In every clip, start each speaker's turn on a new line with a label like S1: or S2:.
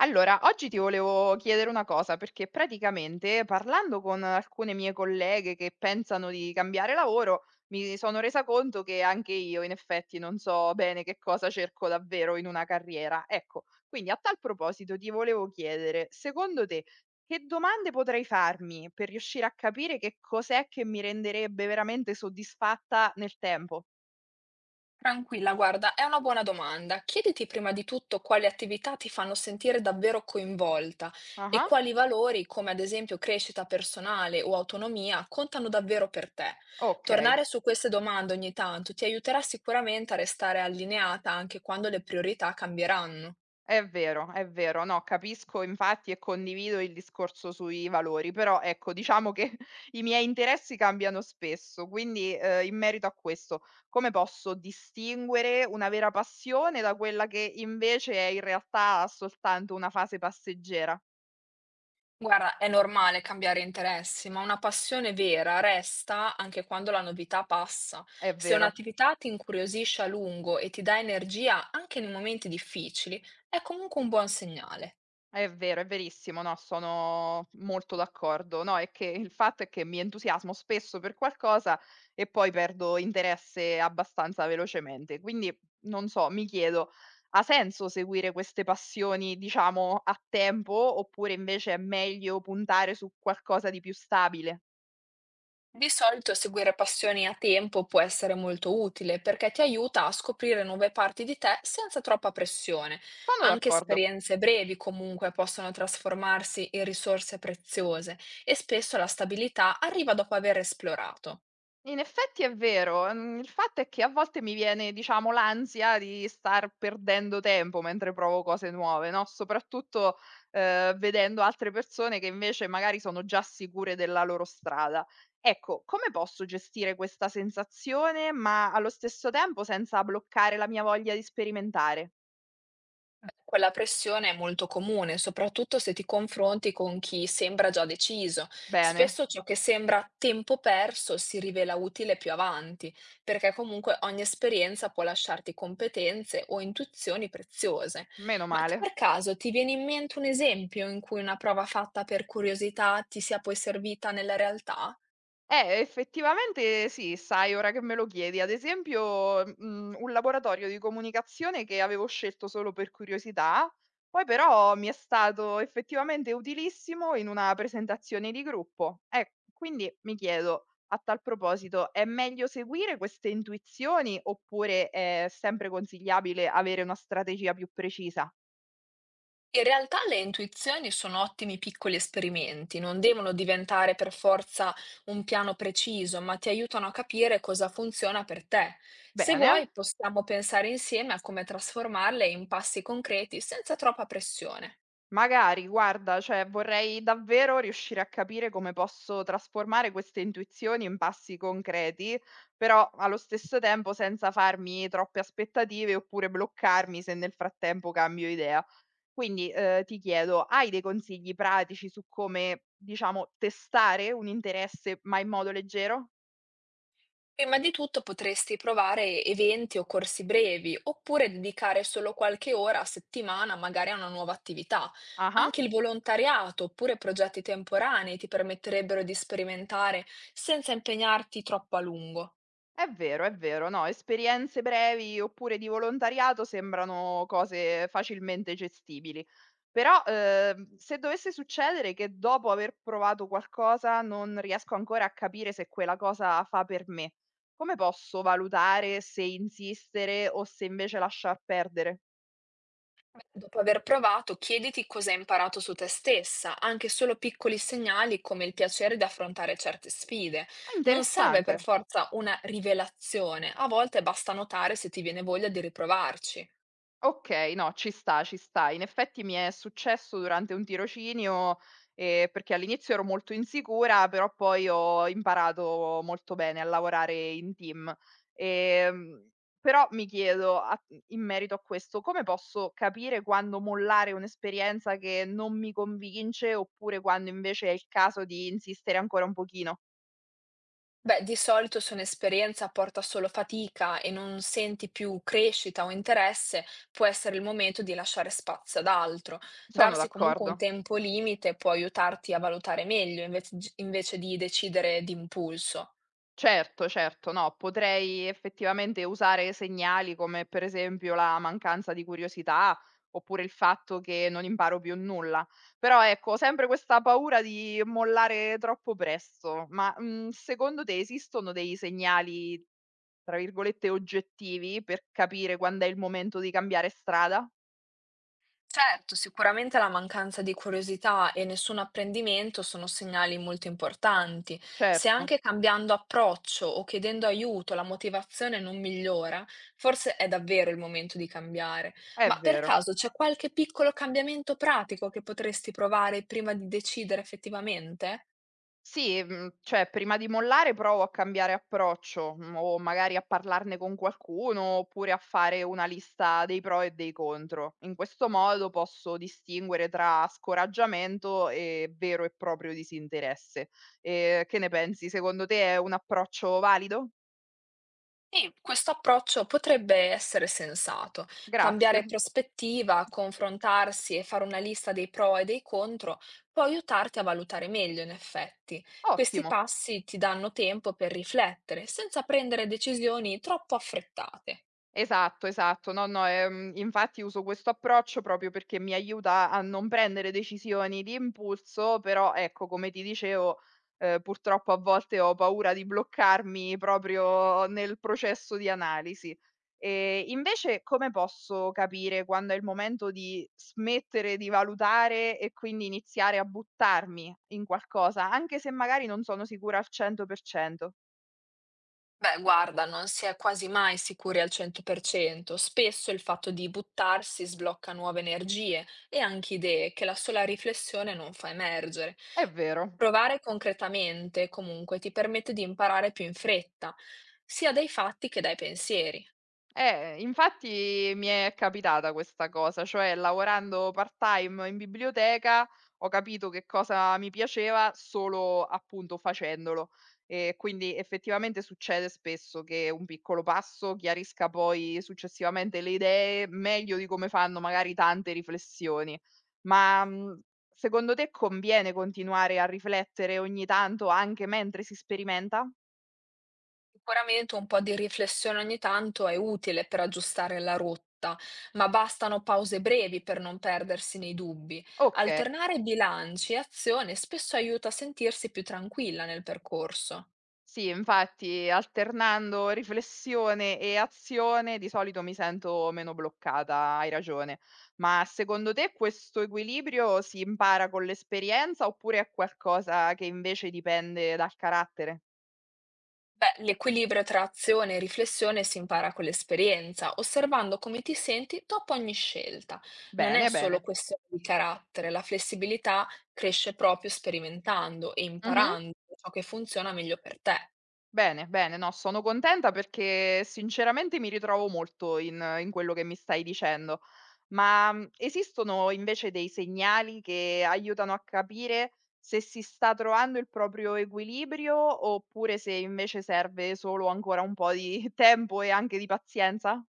S1: Allora, oggi ti volevo chiedere una cosa, perché praticamente parlando con alcune mie colleghe che pensano di cambiare lavoro, mi sono resa conto che anche io in effetti non so bene che cosa cerco davvero in una carriera. Ecco, quindi a tal proposito ti volevo chiedere, secondo te, che domande potrei farmi per riuscire a capire che cos'è che mi renderebbe veramente soddisfatta nel tempo?
S2: Tranquilla, guarda, è una buona domanda. Chiediti prima di tutto quali attività ti fanno sentire davvero coinvolta e
S1: Ah,
S2: quali valori, come ad esempio crescita personale o autonomia, contano davvero per te.
S1: ok.
S2: Tornare su queste domande ogni tanto ti aiuterà sicuramente a restare allineata anche quando le priorità cambieranno.
S1: È vero, è vero. No, capisco infatti e condivido il discorso sui valori, però ecco, diciamo che i miei interessi cambiano spesso, quindi in merito a questo, come posso distinguere una vera passione da quella che invece è in realtà soltanto una fase passeggera?
S2: Guarda, è normale cambiare interessi, ma una passione vera resta anche quando la novità passa.
S1: È
S2: Se
S1: vero.
S2: un'attività ti incuriosisce a lungo e ti dà energia anche nei momenti difficili, è comunque un buon segnale.
S1: È vero, è verissimo, no, sono molto d'accordo. No, è che il fatto è che mi entusiasmo spesso per qualcosa e poi perdo interesse abbastanza velocemente. Quindi, non so, mi chiedo, ha senso seguire queste passioni, diciamo, a tempo oppure invece è meglio puntare su qualcosa di più stabile?
S2: Di solito seguire passioni a tempo può essere molto utile perché ti aiuta a scoprire nuove parti di te senza troppa pressione.
S1: Sono
S2: Anche
S1: d'accordo.
S2: esperienze brevi comunque possono trasformarsi in risorse preziose e spesso la stabilità arriva dopo aver esplorato.
S1: In effetti è vero, mhmm, il fatto è che a volte mi viene, diciamo, l'ansia di star perdendo tempo mentre provo cose nuove, no, soprattutto, vedendo altre persone che invece magari sono già sicure della loro strada. Ecco, come posso gestire questa sensazione, ma allo stesso tempo senza bloccare la mia voglia di sperimentare?
S2: Quella pressione è molto comune, soprattutto se ti confronti con chi sembra già deciso.
S1: Bene,
S2: Spesso ciò che sembra tempo perso si rivela utile più avanti, perché comunque ogni esperienza può lasciarti competenze o intuizioni preziose.
S1: meno
S2: Ma te
S1: male.
S2: per caso ti viene in mente un esempio in cui una prova fatta per curiosità ti sia poi servita nella realtà?
S1: Effettivamente sì, sai, ora che me lo chiedi. Ad esempio, mhmm, un laboratorio di comunicazione che avevo scelto solo per curiosità, poi però mi è stato effettivamente utilissimo in una presentazione di gruppo. Quindi mi chiedo, a tal proposito, è meglio seguire queste intuizioni oppure è sempre consigliabile avere una strategia più precisa?
S2: In realtà le intuizioni sono ottimi piccoli esperimenti, non devono diventare per forza un piano preciso, ma ti aiutano a capire cosa funziona per te. Se
S1: Bene.
S2: vuoi, possiamo pensare insieme a come trasformarle in passi concreti senza troppa pressione.
S1: Magari, guarda, cioè vorrei davvero riuscire a capire come posso trasformare queste intuizioni in passi concreti, però allo stesso tempo senza farmi troppe aspettative oppure bloccarmi se nel frattempo cambio idea. Quindi ti chiedo, hai dei consigli pratici su come, diciamo, testare un interesse ma in modo leggero?
S2: Prima di tutto potresti provare eventi o corsi brevi, oppure dedicare solo qualche ora a settimana magari a una nuova attività.
S1: Ah.
S2: Anche il volontariato oppure progetti temporanei ti permetterebbero di sperimentare senza impegnarti troppo a lungo.
S1: È vero, è vero. No, esperienze brevi oppure di volontariato sembrano cose facilmente gestibili. Però, se dovesse succedere che dopo aver provato qualcosa non riesco ancora a capire se quella cosa fa per me, come posso valutare se insistere o se invece lasciar perdere?
S2: Dopo aver provato, chiediti cosa hai imparato su te stessa, anche solo piccoli segnali come il piacere di affrontare certe sfide.
S1: È
S2: Non serve per
S1: interessante.
S2: forza una rivelazione, a volte basta notare se ti viene voglia di riprovarci.
S1: Okay, no, ci sta, ci sta. In effetti mi è successo durante un tirocinio, perché all'inizio ero molto insicura, però poi ho imparato molto bene a lavorare in team. Ehm, però mi chiedo a mhmm, in merito a questo, come posso capire quando mollare un'esperienza che non mi convince, oppure quando invece è il caso di insistere ancora un pochino?
S2: Beh, di solito se un'esperienza porta solo fatica e non senti più crescita o interesse, può essere il momento di lasciare spazio ad altro.
S1: Sono
S2: Darsi comunque un
S1: d'accordo.
S2: tempo limite può aiutarti a valutare meglio invece di decidere d'impulso.
S1: Certo, certo, no, potrei effettivamente usare segnali come per esempio la mancanza di curiosità oppure il fatto che non imparo più nulla. Però ecco, ho sempre questa paura di mollare troppo presto. Ma secondo te esistono dei segnali, tra virgolette, oggettivi per capire quando è il momento di cambiare strada?
S2: Certo, sicuramente la mancanza di curiosità e nessun apprendimento sono segnali molto importanti. Se
S1: Certo,
S2: anche cambiando approccio o chiedendo aiuto la motivazione non migliora, forse è davvero il momento di cambiare.
S1: è
S2: Ma per
S1: vero.
S2: caso c'è qualche piccolo cambiamento pratico che potresti provare prima di decidere effettivamente?
S1: Sì, mhmm, cioè prima di mollare provo a cambiare approccio, mhmm, o magari a parlarne con qualcuno, oppure a fare una lista dei pro e dei contro. In questo modo posso distinguere tra scoraggiamento e vero e proprio disinteresse. Che ne pensi? Secondo te è un approccio valido?
S2: Sì, questo approccio potrebbe essere sensato.
S1: Grazie.
S2: Cambiare prospettiva, confrontarsi e fare una lista dei pro e dei contro può aiutarti a valutare meglio, in effetti. Questi
S1: Ottimo.
S2: passi ti danno tempo per riflettere, senza prendere decisioni troppo affrettate.
S1: Esatto, esatto. No, no, infatti uso questo approccio proprio perché mi aiuta a non prendere decisioni di impulso, però ecco, come ti dicevo, purtroppo a volte ho paura di bloccarmi proprio nel processo di analisi. Invece come posso capire quando è il momento di smettere di valutare e quindi iniziare a buttarmi in qualcosa, anche se magari non sono sicura al 100%?
S2: Beh, guarda, non si è quasi mai sicuri al 100%. Spesso il fatto di buttarsi sblocca nuove energie e anche idee che la sola riflessione non fa emergere.
S1: È vero.
S2: Provare concretamente, comunque, ti permette di imparare più in fretta, sia dai fatti che dai pensieri.
S1: Infatti mi è capitata questa cosa, cioè lavorando part-time in biblioteca ho capito che cosa mi piaceva solo appunto facendolo. E quindi effettivamente succede spesso che un piccolo passo chiarisca poi successivamente le idee meglio di come fanno magari tante riflessioni. Ma secondo te conviene continuare a riflettere ogni tanto anche mentre si sperimenta?
S2: Sicuramente un po' di riflessione ogni tanto è utile per aggiustare la rotta, ma bastano pause brevi per non perdersi nei dubbi.
S1: Ok.
S2: Alternare bilanci e azione spesso aiuta a sentirsi più tranquilla nel percorso.
S1: Sì, infatti alternando riflessione e azione di solito mi sento meno bloccata, hai ragione. Ma secondo te questo equilibrio si impara con l'esperienza oppure è qualcosa che invece dipende dal carattere?
S2: Beh, l'equilibrio tra azione e riflessione si impara con l'esperienza, osservando come ti senti dopo ogni scelta. Non è
S1: Bene,
S2: solo
S1: bene.
S2: questione di carattere, la flessibilità cresce proprio sperimentando e imparando ciò che funziona meglio per te.
S1: Bene, bene, no, sono contenta perché sinceramente mi ritrovo molto in quello che mi stai dicendo. Ma, mhmm, esistono invece dei segnali che aiutano a capire se si sta trovando il proprio equilibrio, oppure se invece serve solo ancora un po' di tempo e anche di pazienza?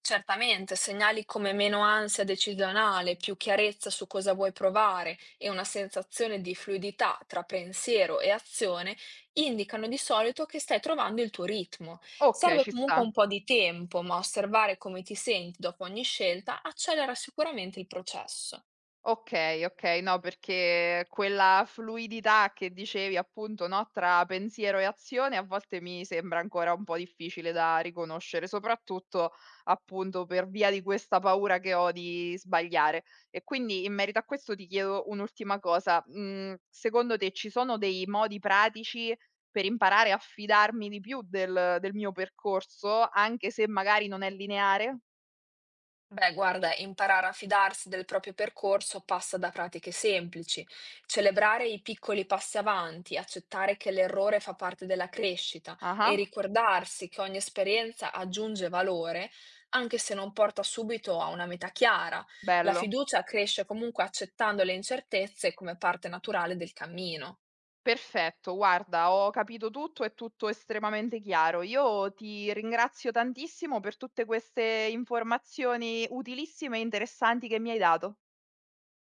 S2: Certamente, segnali come meno ansia decisionale, più chiarezza su cosa vuoi provare e una sensazione di fluidità tra pensiero e azione indicano di solito che stai trovando il tuo ritmo.
S1: Okay,
S2: Serve
S1: ci
S2: comunque
S1: sta.
S2: un po' di tempo, ma osservare come ti senti dopo ogni scelta accelera sicuramente il processo.
S1: Okay, okay, no, perché quella fluidità che dicevi appunto, no, tra pensiero e azione a volte mi sembra ancora un po' difficile da riconoscere, soprattutto appunto per via di questa paura che ho di sbagliare. E quindi in merito a questo ti chiedo un'ultima cosa: mhmm, secondo te ci sono dei modi pratici per imparare a fidarmi di più del mio percorso, anche se magari non è lineare?
S2: Beh, guarda, imparare a fidarsi del proprio percorso passa da pratiche semplici, celebrare i piccoli passi avanti, accettare che l'errore fa parte della crescita e
S1: Ah-ah,
S2: ricordarsi che ogni esperienza aggiunge valore, anche se non porta subito a una meta chiara. La
S1: bello.
S2: fiducia cresce comunque accettando le incertezze come parte naturale del cammino.
S1: Perfetto, guarda, ho capito tutto, è tutto estremamente chiaro. Io ti ringrazio tantissimo per tutte queste informazioni utilissime e interessanti che mi hai dato.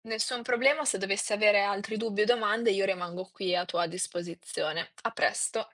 S2: Nessun problema, se dovessi avere altri dubbi o domande, io rimango qui a tua disposizione. A presto.